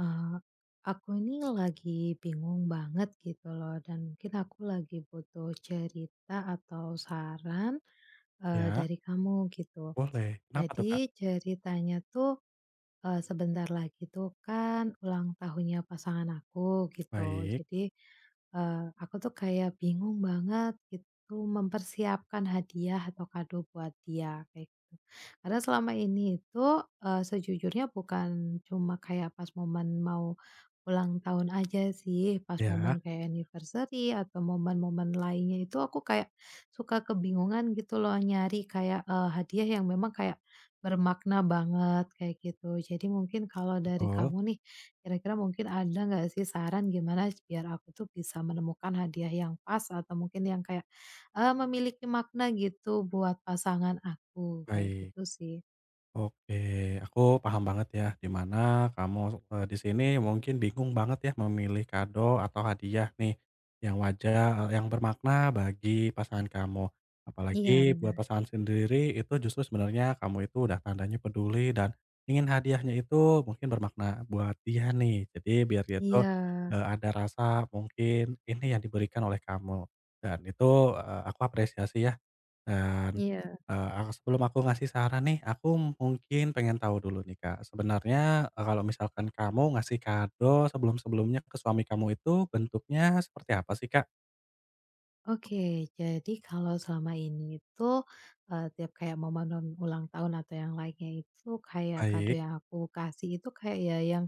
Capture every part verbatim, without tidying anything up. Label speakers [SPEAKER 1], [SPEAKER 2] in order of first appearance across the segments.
[SPEAKER 1] Eee, aku ini lagi bingung banget gitu loh dan mungkin aku lagi butuh cerita atau saran, eee,
[SPEAKER 2] Iya,
[SPEAKER 1] dari kamu gitu.
[SPEAKER 2] boleh. Kenapa tuh, Kak?
[SPEAKER 1] Jadi ceritanya tuh eee, sebentar lagi tuh kan ulang tahunnya pasangan aku gitu.
[SPEAKER 2] Baik,
[SPEAKER 1] Jadi, eee, aku tuh kayak bingung banget gitu mempersiapkan hadiah atau kado buat dia kayak gitu. Karena selama ini itu, eee, sejujurnya bukan cuma kayak pas momen mau ulang tahun aja sih, pas
[SPEAKER 2] iya,
[SPEAKER 1] momen kayak anniversary atau momen-momen lainnya itu aku kayak suka kebingungan gitu loh nyari kayak, eee, hadiah yang memang kayak bermakna banget kayak gitu. Jadi mungkin kalau dari
[SPEAKER 2] betul,
[SPEAKER 1] kamu nih, kira-kira mungkin ada nggak sih saran gimana biar aku tuh bisa menemukan hadiah yang pas atau mungkin yang kayak, eee, memiliki makna gitu buat pasangan aku, kayak
[SPEAKER 2] baik.
[SPEAKER 1] gitu sih.
[SPEAKER 2] Oke, aku paham banget ya, di mana kamu, eee, di sini mungkin bingung banget ya memilih kado atau hadiah nih, yang wajar eee, yang bermakna bagi pasangan kamu.
[SPEAKER 1] Iya,
[SPEAKER 2] Apalagi buat
[SPEAKER 1] benar.
[SPEAKER 2] pasangan sendiri itu justru sebenarnya kamu itu udah tandanya peduli dan ingin hadiahnya itu mungkin bermakna buat dia nih. Jadi biar dia tuh,
[SPEAKER 1] Iya.
[SPEAKER 2] eee, ada rasa mungkin ini yang diberikan oleh kamu, dan itu, eee, aku apresiasi ya dan,
[SPEAKER 1] Iya.
[SPEAKER 2] eee, ak sebelum aku ngasih saran nih, aku mungkin pengen tahu dulu nih, Kak. Sebenarnya, eee, kalau misalkan kamu ngasih kado sebelum-sebelumnya ke suami kamu itu bentuknya seperti apa sih, Kak?
[SPEAKER 1] Oke, jadi kalau selama ini itu, eee, tiap kayak momen ulang tahun atau yang lainnya itu kayak kado
[SPEAKER 2] Baik,
[SPEAKER 1] yang aku kasih itu kayak ya yang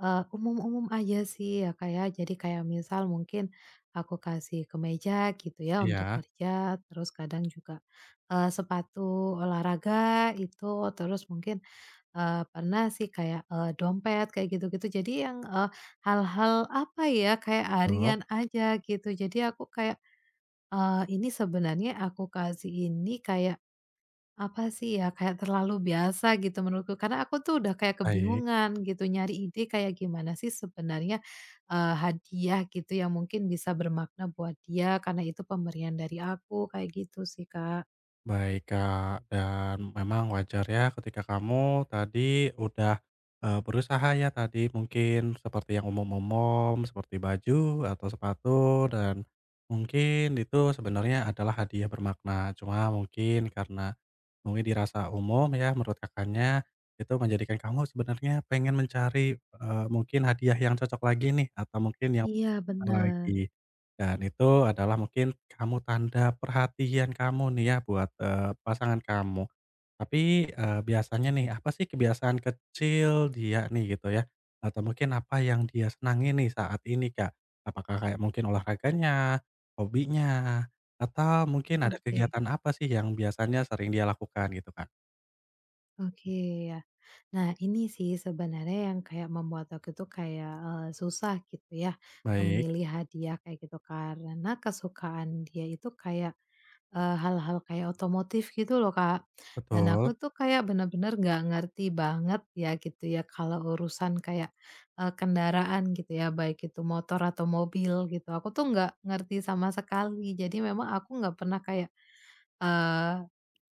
[SPEAKER 1] Eee, umum-umum aja sih ya, Kak, ya. Jadi kayak misal mungkin aku kasih kemeja gitu ya untuk
[SPEAKER 2] iya,
[SPEAKER 1] kerja, terus kadang juga, eee, sepatu olahraga itu, terus mungkin, eee, pernah sih kayak, eee, dompet kayak gitu-gitu. Jadi yang, eee, hal-hal apa ya, kayak
[SPEAKER 2] betul,
[SPEAKER 1] harian aja gitu. Jadi aku kayak, eee, ini sebenarnya aku kasih ini kayak apa sih ya, kayak terlalu biasa gitu menurutku, karena aku tuh udah kayak
[SPEAKER 2] baik.
[SPEAKER 1] kebingungan gitu nyari ide kayak gimana sih sebenarnya, eee, hadiah gitu yang mungkin bisa bermakna buat dia karena itu pemberian dari aku, kayak gitu sih, Kak.
[SPEAKER 2] Baik, Kak, dan memang wajar ya ketika kamu tadi udah, eee, berusaha ya tadi mungkin seperti yang umum-umum, seperti baju atau sepatu dan mungkin itu sebenarnya adalah hadiah bermakna. Cuma mungkin karena mungkin dirasa umum ya menurut Kakaknya, itu menjadikan kamu sebenarnya pengen mencari, eee, mungkin hadiah yang cocok lagi nih atau mungkin yang
[SPEAKER 1] Iya benar.
[SPEAKER 2] lagi, dan itu adalah mungkin kamu tanda perhatian kamu nih ya buat, eee, pasangan kamu. Tapi, eee, biasanya nih apa sih kebiasaan kecil dia nih gitu ya, atau mungkin apa yang dia senangi nih saat ini, Kak? Apakah kayak mungkin olahraganya, hobinya, atau mungkin ada
[SPEAKER 1] Oke,
[SPEAKER 2] kegiatan apa sih yang biasanya sering dia lakukan gitu, Kak?
[SPEAKER 1] oke, ya. Nah ini sih sebenarnya yang kayak membuat aku tuh kayak, eee, susah gitu ya,
[SPEAKER 2] Baik,
[SPEAKER 1] memilih hadiah kayak gitu, karena kesukaan dia itu kayak Eee, hal-hal kayak otomotif gitu loh, Kak. Dan
[SPEAKER 2] betul
[SPEAKER 1] aku tuh kayak bener-bener nggak ngerti banget ya gitu ya kalau urusan kayak, eee, kendaraan gitu ya, baik itu motor atau mobil gitu. Aku tuh nggak ngerti sama sekali. Jadi memang aku nggak pernah kayak, eee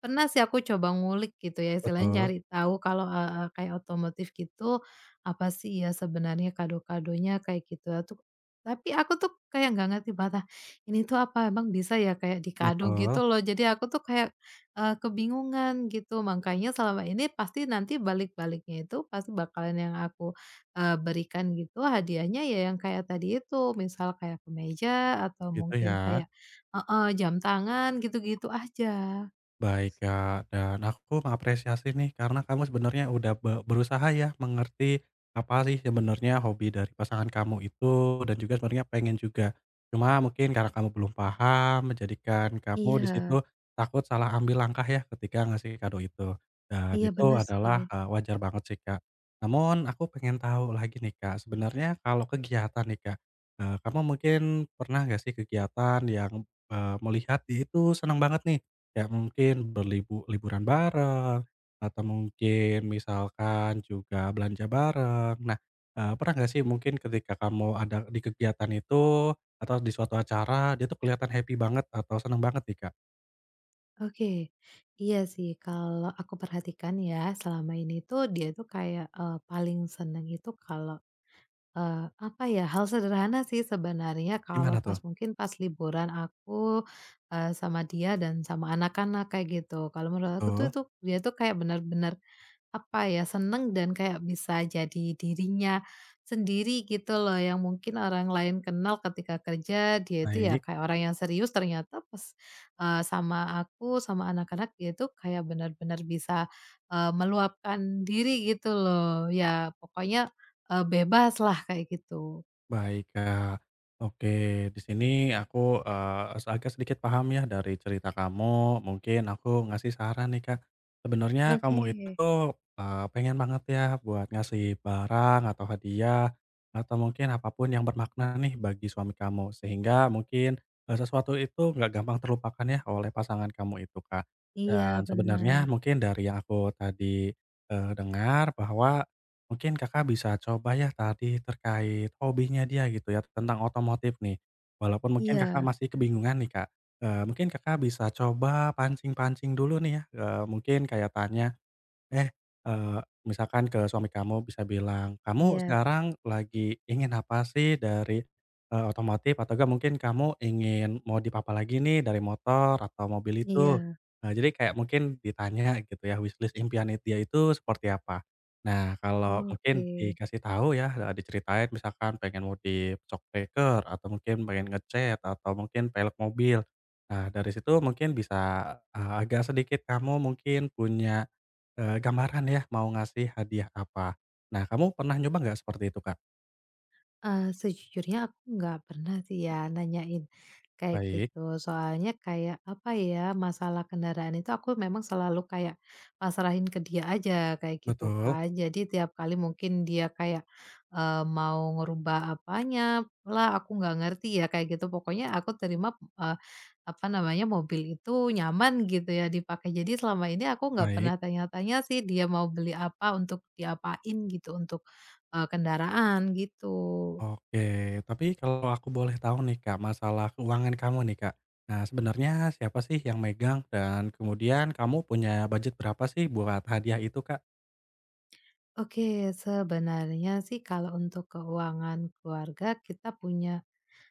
[SPEAKER 1] pernah sih aku coba ngulik gitu ya, istilahnya
[SPEAKER 2] betul
[SPEAKER 1] cari tahu kalau, eee, kayak otomotif gitu, apa sih ya sebenarnya kado-kadonya kayak gitu ya tuh. Tapi aku tuh kayak nggak ngerti bata ini tuh apa emang bisa ya kayak dikado
[SPEAKER 2] betul,
[SPEAKER 1] gitu loh. Jadi aku tuh kayak, eee, kebingungan gitu. Makanya selama ini pasti nanti balik-baliknya itu pasti bakalan yang aku, eee, berikan gitu hadiahnya ya yang kayak tadi itu, misal kayak kemeja atau
[SPEAKER 2] gitu
[SPEAKER 1] mungkin
[SPEAKER 2] ya.
[SPEAKER 1] kayak heeh, jam tangan gitu-gitu aja.
[SPEAKER 2] Baik, Kak, dan aku mengapresiasi nih karena kamu sebenarnya udah be berusaha ya mengerti apa sih sebenarnya hobi dari pasangan kamu itu dan juga sebenarnya pengen juga. Cuma mungkin karena kamu belum paham menjadikan kamu di situ
[SPEAKER 1] Iya
[SPEAKER 2] takut salah ambil langkah ya ketika ngasih kado itu. Dan
[SPEAKER 1] iya
[SPEAKER 2] itu
[SPEAKER 1] benar sih.
[SPEAKER 2] adalah, eee, wajar banget sih, Kak. Namun aku pengen tahu lagi nih, Kak, sebenarnya kalau kegiatan nih, Kak, eee, kamu mungkin pernah nggak sih kegiatan yang, eee, melihat dia itu senang banget nih kayak mungkin berlibu liburan bareng, atau mungkin misalkan juga belanja bareng. Nah, eee, pernah nggak sih mungkin ketika kamu ada di kegiatan itu, atau di suatu acara, dia tuh kelihatan happy banget atau seneng banget nih, Kak?
[SPEAKER 1] Oke. Iya sih kalau aku perhatikan ya selama ini tuh dia tuh kayak, eee, paling seneng itu kalau, eee, apa ya, hal sederhana sih sebenarnya kalau
[SPEAKER 2] Gimana
[SPEAKER 1] pas
[SPEAKER 2] tuh?
[SPEAKER 1] mungkin pas liburan aku, eee, sama dia dan sama anak-anak kayak gitu. Kalau menurut aku tuh
[SPEAKER 2] Betul,
[SPEAKER 1] itu dia tuh kayak benar-benar. Apa ya, seneng dan kayak bisa jadi dirinya sendiri gitu loh, yang mungkin orang lain kenal ketika kerja, dia itu ya
[SPEAKER 2] baik.
[SPEAKER 1] kayak orang yang serius ternyata pas, eee, sama aku, sama anak-anak, dia itu kayak benar-benar bisa, eee, meluapkan diri gitu loh. Ya pokoknya, eh, bebas lah kayak gitu.
[SPEAKER 2] Baik, Kak. Oke, di sini aku, eee, agak sedikit paham ya dari cerita kamu, mungkin aku ngasih saran nih, Kak. Sebenarnya
[SPEAKER 1] Oke.
[SPEAKER 2] kamu itu, eee, pengen banget ya buat ngasih barang atau hadiah, atau mungkin apapun yang bermakna nih bagi suami kamu, sehingga mungkin, eee, sesuatu itu nggak gampang terlupakan ya oleh pasangan kamu itu, Kak.
[SPEAKER 1] Iya
[SPEAKER 2] Dan
[SPEAKER 1] benar.
[SPEAKER 2] sebenarnya mungkin dari yang aku tadi, eee, dengar bahwa mungkin Kakak bisa coba ya tadi terkait hobinya dia gitu ya, tentang otomotif nih. Walaupun mungkin Kakak
[SPEAKER 1] Iya
[SPEAKER 2] masih kebingungan nih Kak, eee, mungkin Kakak bisa coba pancing-pancing dulu nih ya, eee, mungkin kayak tanya, Eh, eee, misalkan ke suami kamu bisa bilang, "Kamu
[SPEAKER 1] iya
[SPEAKER 2] sekarang lagi ingin apa sih dari, eee, otomotif atau enggak mungkin kamu ingin modif apa lagi nih dari motor atau mobil itu?"
[SPEAKER 1] iya.
[SPEAKER 2] Nah, jadi kayak mungkin ditanya gitu ya wishlist impian it dia itu seperti apa. Nah, kalau mungkin
[SPEAKER 1] Oke.
[SPEAKER 2] dikasih tahu ya, eee, diceritain misalkan pengen modif shock breaker atau mungkin pengen ngecat atau mungkin pelek mobil. Nah, dari situ mungkin bisa, eee, agak sedikit kamu mungkin punya Eee, gambaran ya mau ngasih hadiah apa. Nah kamu pernah nyoba nggak seperti itu, Kak?
[SPEAKER 1] Eee, sejujurnya aku nggak pernah sih ya nanyain kayak
[SPEAKER 2] Baik,
[SPEAKER 1] gitu. Soalnya kayak, apa ya, masalah kendaraan itu aku memang selalu kayak pasrahin ke dia aja, kayak gitu
[SPEAKER 2] betul,
[SPEAKER 1] kan. Jadi tiap kali mungkin dia kayak, eee, mau ngerubah apanya lah, aku nggak ngerti ya kayak gitu. Pokoknya aku terima, eee, apa namanya, mobil itu nyaman gitu ya dipakai. Jadi selama ini aku nggak
[SPEAKER 2] baik,
[SPEAKER 1] pernah tanya-tanya sih dia mau beli apa, untuk diapain gitu, untuk, eee, kendaraan gitu.
[SPEAKER 2] oke. Tapi kalau aku boleh tahu nih, Kak, masalah keuangan kamu nih, Kak. Nah sebenarnya siapa sih yang megang dan kemudian kamu punya budget berapa sih buat hadiah itu, Kak?
[SPEAKER 1] Oke, sebenarnya sih kalau untuk keuangan keluarga kita punya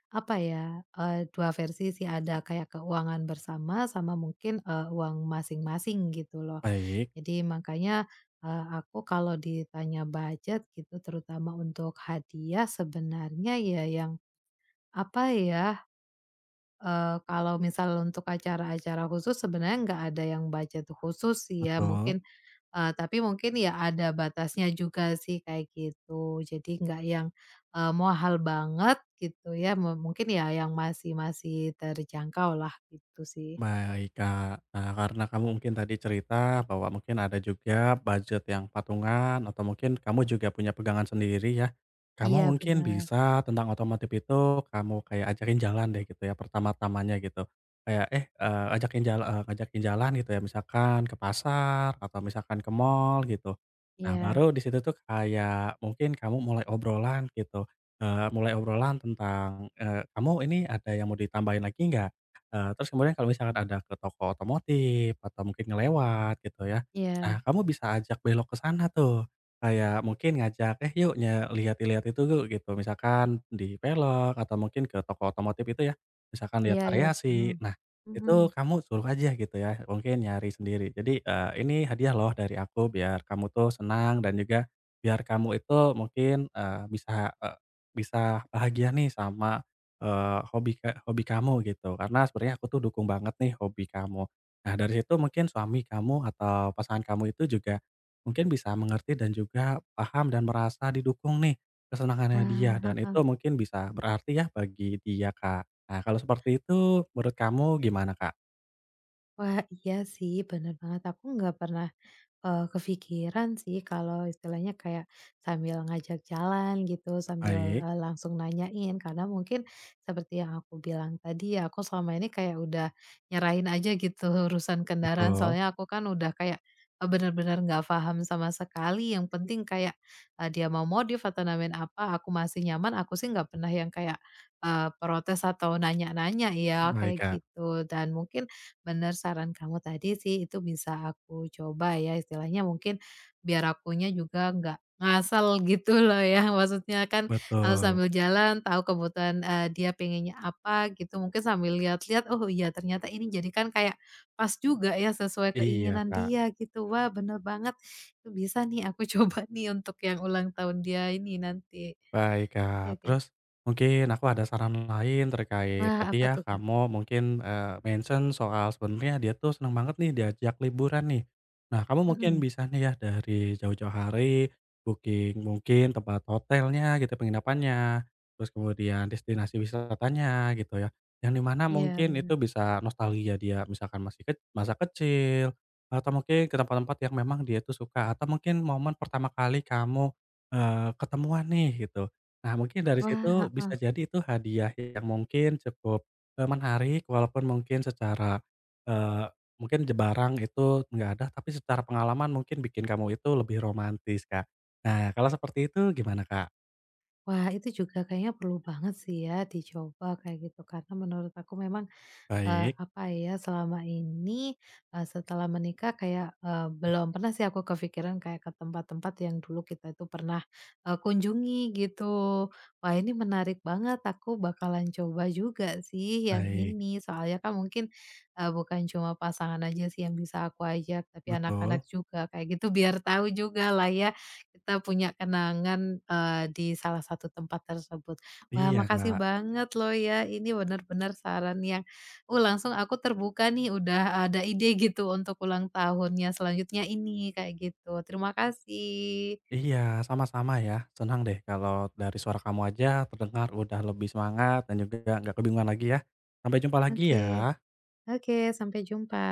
[SPEAKER 1] apa ya, eee, dua versi sih ada kayak keuangan bersama sama mungkin, eee, uang masing-masing gitu loh.
[SPEAKER 2] Baik,
[SPEAKER 1] Jadi makanya, eee, aku kalau ditanya budget gitu terutama untuk hadiah sebenarnya ya yang apa ya. Eee, kalau misal untuk acara-acara khusus sebenarnya nggak ada yang budget khusus sih ya
[SPEAKER 2] betul.
[SPEAKER 1] mungkin, eee, tapi mungkin ya ada batasnya juga sih kayak gitu. Jadi nggak yang, eee, mahal banget gitu ya, mu mungkin ya yang masih masih terjangkau lah gitu sih.
[SPEAKER 2] Baik, Kak. Nah, karena kamu mungkin tadi cerita bahwa mungkin ada juga budget yang patungan atau mungkin kamu juga punya pegangan sendiri ya.
[SPEAKER 1] Iya
[SPEAKER 2] Kamu mungkin
[SPEAKER 1] benar.
[SPEAKER 2] bisa tentang otomotif itu kamu kayak ajakin jalan deh gitu ya pertama-tamanya gitu. Kayak eh eee, ajakin jalan ajakin jalan gitu ya misalkan ke pasar atau misalkan ke mall gitu. Nah,
[SPEAKER 1] Iya
[SPEAKER 2] baru di situ tuh kayak mungkin kamu mulai obrolan gitu, eee, mulai obrolan tentang, eee, "Kamu ini ada yang mau ditambahin lagi nggak?" Eee, terus kemudian kalau misalkan ada ke toko otomotif atau mungkin ngelewat gitu ya, nah
[SPEAKER 1] iya
[SPEAKER 2] kamu bisa ajak belok ke sana tuh. Kayak mungkin ngajak, "Eh yuk nye lihat-lihat itu yuk," gitu. Misalkan di pelek atau mungkin ke toko otomotif itu ya, misalkan lihat
[SPEAKER 1] iya iya paham.
[SPEAKER 2] variasi. Nah,
[SPEAKER 1] Mhm.
[SPEAKER 2] itu kamu suruh aja gitu ya, mungkin nyari sendiri. Jadi, eee, "Ini hadiah loh dari aku biar kamu tuh senang dan juga biar kamu itu mungkin, eee, bisa, eee, bisa bahagia nih sama eee, hobi ka hobi kamu gitu, karena sebenarnya aku tuh dukung banget nih hobi kamu. Nah dari situ mungkin suami kamu atau pasangan kamu itu juga mungkin bisa mengerti dan juga paham dan merasa didukung nih kesenangannya dia
[SPEAKER 1] Wah,
[SPEAKER 2] dan itu
[SPEAKER 1] heeh.
[SPEAKER 2] mungkin bisa berarti ya bagi dia, Kak. Nah kalau seperti itu menurut kamu gimana, Kak?
[SPEAKER 1] Wah iya sih benar banget, aku nggak pernah eee, kepikiran sih kalau istilahnya kayak sambil ngajak jalan gitu, sambil,
[SPEAKER 2] Baik,
[SPEAKER 1] eee, langsung nanyain. Karena mungkin seperti yang aku bilang tadi ya, aku selama ini kayak udah nyerahin aja gitu urusan kendaraan,
[SPEAKER 2] betul,
[SPEAKER 1] soalnya aku kan udah kayak, eee, benar bener nggak paham sama sekali, yang penting kayak, eee, dia mau modif atau namain apa, aku masih nyaman, aku sih nggak pernah yang kayak, eee, protes atau nanya-nanya ya,
[SPEAKER 2] baik,
[SPEAKER 1] kayak
[SPEAKER 2] Kak,
[SPEAKER 1] gitu. Dan mungkin bener saran kamu tadi sih, itu bisa aku coba ya, istilahnya mungkin biar akunya juga nggak ngasal gitu loh ya, maksudnya kan kalau
[SPEAKER 2] betul,
[SPEAKER 1] sambil jalan tahu kebutuhan, eee, dia pengennya apa gitu, mungkin sambil lihat-lihat, "Oh iya ternyata ini," jadi kan kayak pas juga ya sesuai
[SPEAKER 2] iya,
[SPEAKER 1] keinginan
[SPEAKER 2] Kak.
[SPEAKER 1] dia gitu. Wah bener banget, itu bisa nih aku coba nih untuk yang ulang tahun dia ini nanti.
[SPEAKER 2] Baik,
[SPEAKER 1] Oke,
[SPEAKER 2] Kak.
[SPEAKER 1] oke.
[SPEAKER 2] Terus mungkin aku ada saran lain terkait
[SPEAKER 1] Wah
[SPEAKER 2] tadi
[SPEAKER 1] apa
[SPEAKER 2] ya
[SPEAKER 1] tuh, Kak?
[SPEAKER 2] kamu mungkin, eee, mention soal sebenarnya dia tuh senang banget nih diajak liburan nih. Nah, kamu mungkin
[SPEAKER 1] Mhm,
[SPEAKER 2] bisa nih ya dari jauh-jauh hari booking mungkin tempat hotelnya gitu, penginapannya, terus kemudian destinasi wisatanya gitu ya. Yang di mana
[SPEAKER 1] iya.
[SPEAKER 2] mungkin itu bisa nostalgia dia misalkan masih ke masa kecil, atau mungkin ke tempat-tempat yang memang dia tuh suka, atau mungkin momen pertama kali kamu Eee, ketemuan nih gitu. Nah mungkin dari
[SPEAKER 1] Wah,
[SPEAKER 2] situ bisa
[SPEAKER 1] heeh.
[SPEAKER 2] jadi itu hadiah yang mungkin cukup, eee, menarik walaupun mungkin secara, eee, mungkin je barang itu nggak ada, tapi secara pengalaman mungkin bikin kamu itu lebih romantis, Kak. Nah kalau seperti itu gimana, Kak?
[SPEAKER 1] Wah, itu juga kayaknya perlu banget sih ya dicoba kayak gitu, karena menurut aku memang eee,
[SPEAKER 2] Baik
[SPEAKER 1] apa ya, selama ini, eee, setelah menikah kayak, eee, belum pernah sih aku kepikiran kayak ke tempat-tempat yang dulu kita itu pernah, eee, kunjungi gitu. Wah ini menarik banget, aku bakalan coba juga sih yang
[SPEAKER 2] baik,
[SPEAKER 1] ini. Soalnya kan mungkin, eee, bukan cuma pasangan aja sih yang bisa aku ajak, tapi
[SPEAKER 2] betul.
[SPEAKER 1] anak-anak juga kayak gitu biar tahu juga lah ya, kita punya kenangan, eee, di salah satu tempat tersebut. Wah
[SPEAKER 2] Iya,
[SPEAKER 1] makasih
[SPEAKER 2] Kak.
[SPEAKER 1] banget loh ya, ini benar-benar saran yang. Oh langsung aku terbuka nih udah ada ide gitu untuk ulang tahunnya selanjutnya ini, kayak gitu. Terima kasih.
[SPEAKER 2] Iya, sama-sama ya. Senang deh kalau dari suara kamu aja terdengar udah lebih semangat dan juga nggak kebingungan lagi ya. Sampai jumpa lagi
[SPEAKER 1] Oke,
[SPEAKER 2] ya.
[SPEAKER 1] oke, sampai jumpa.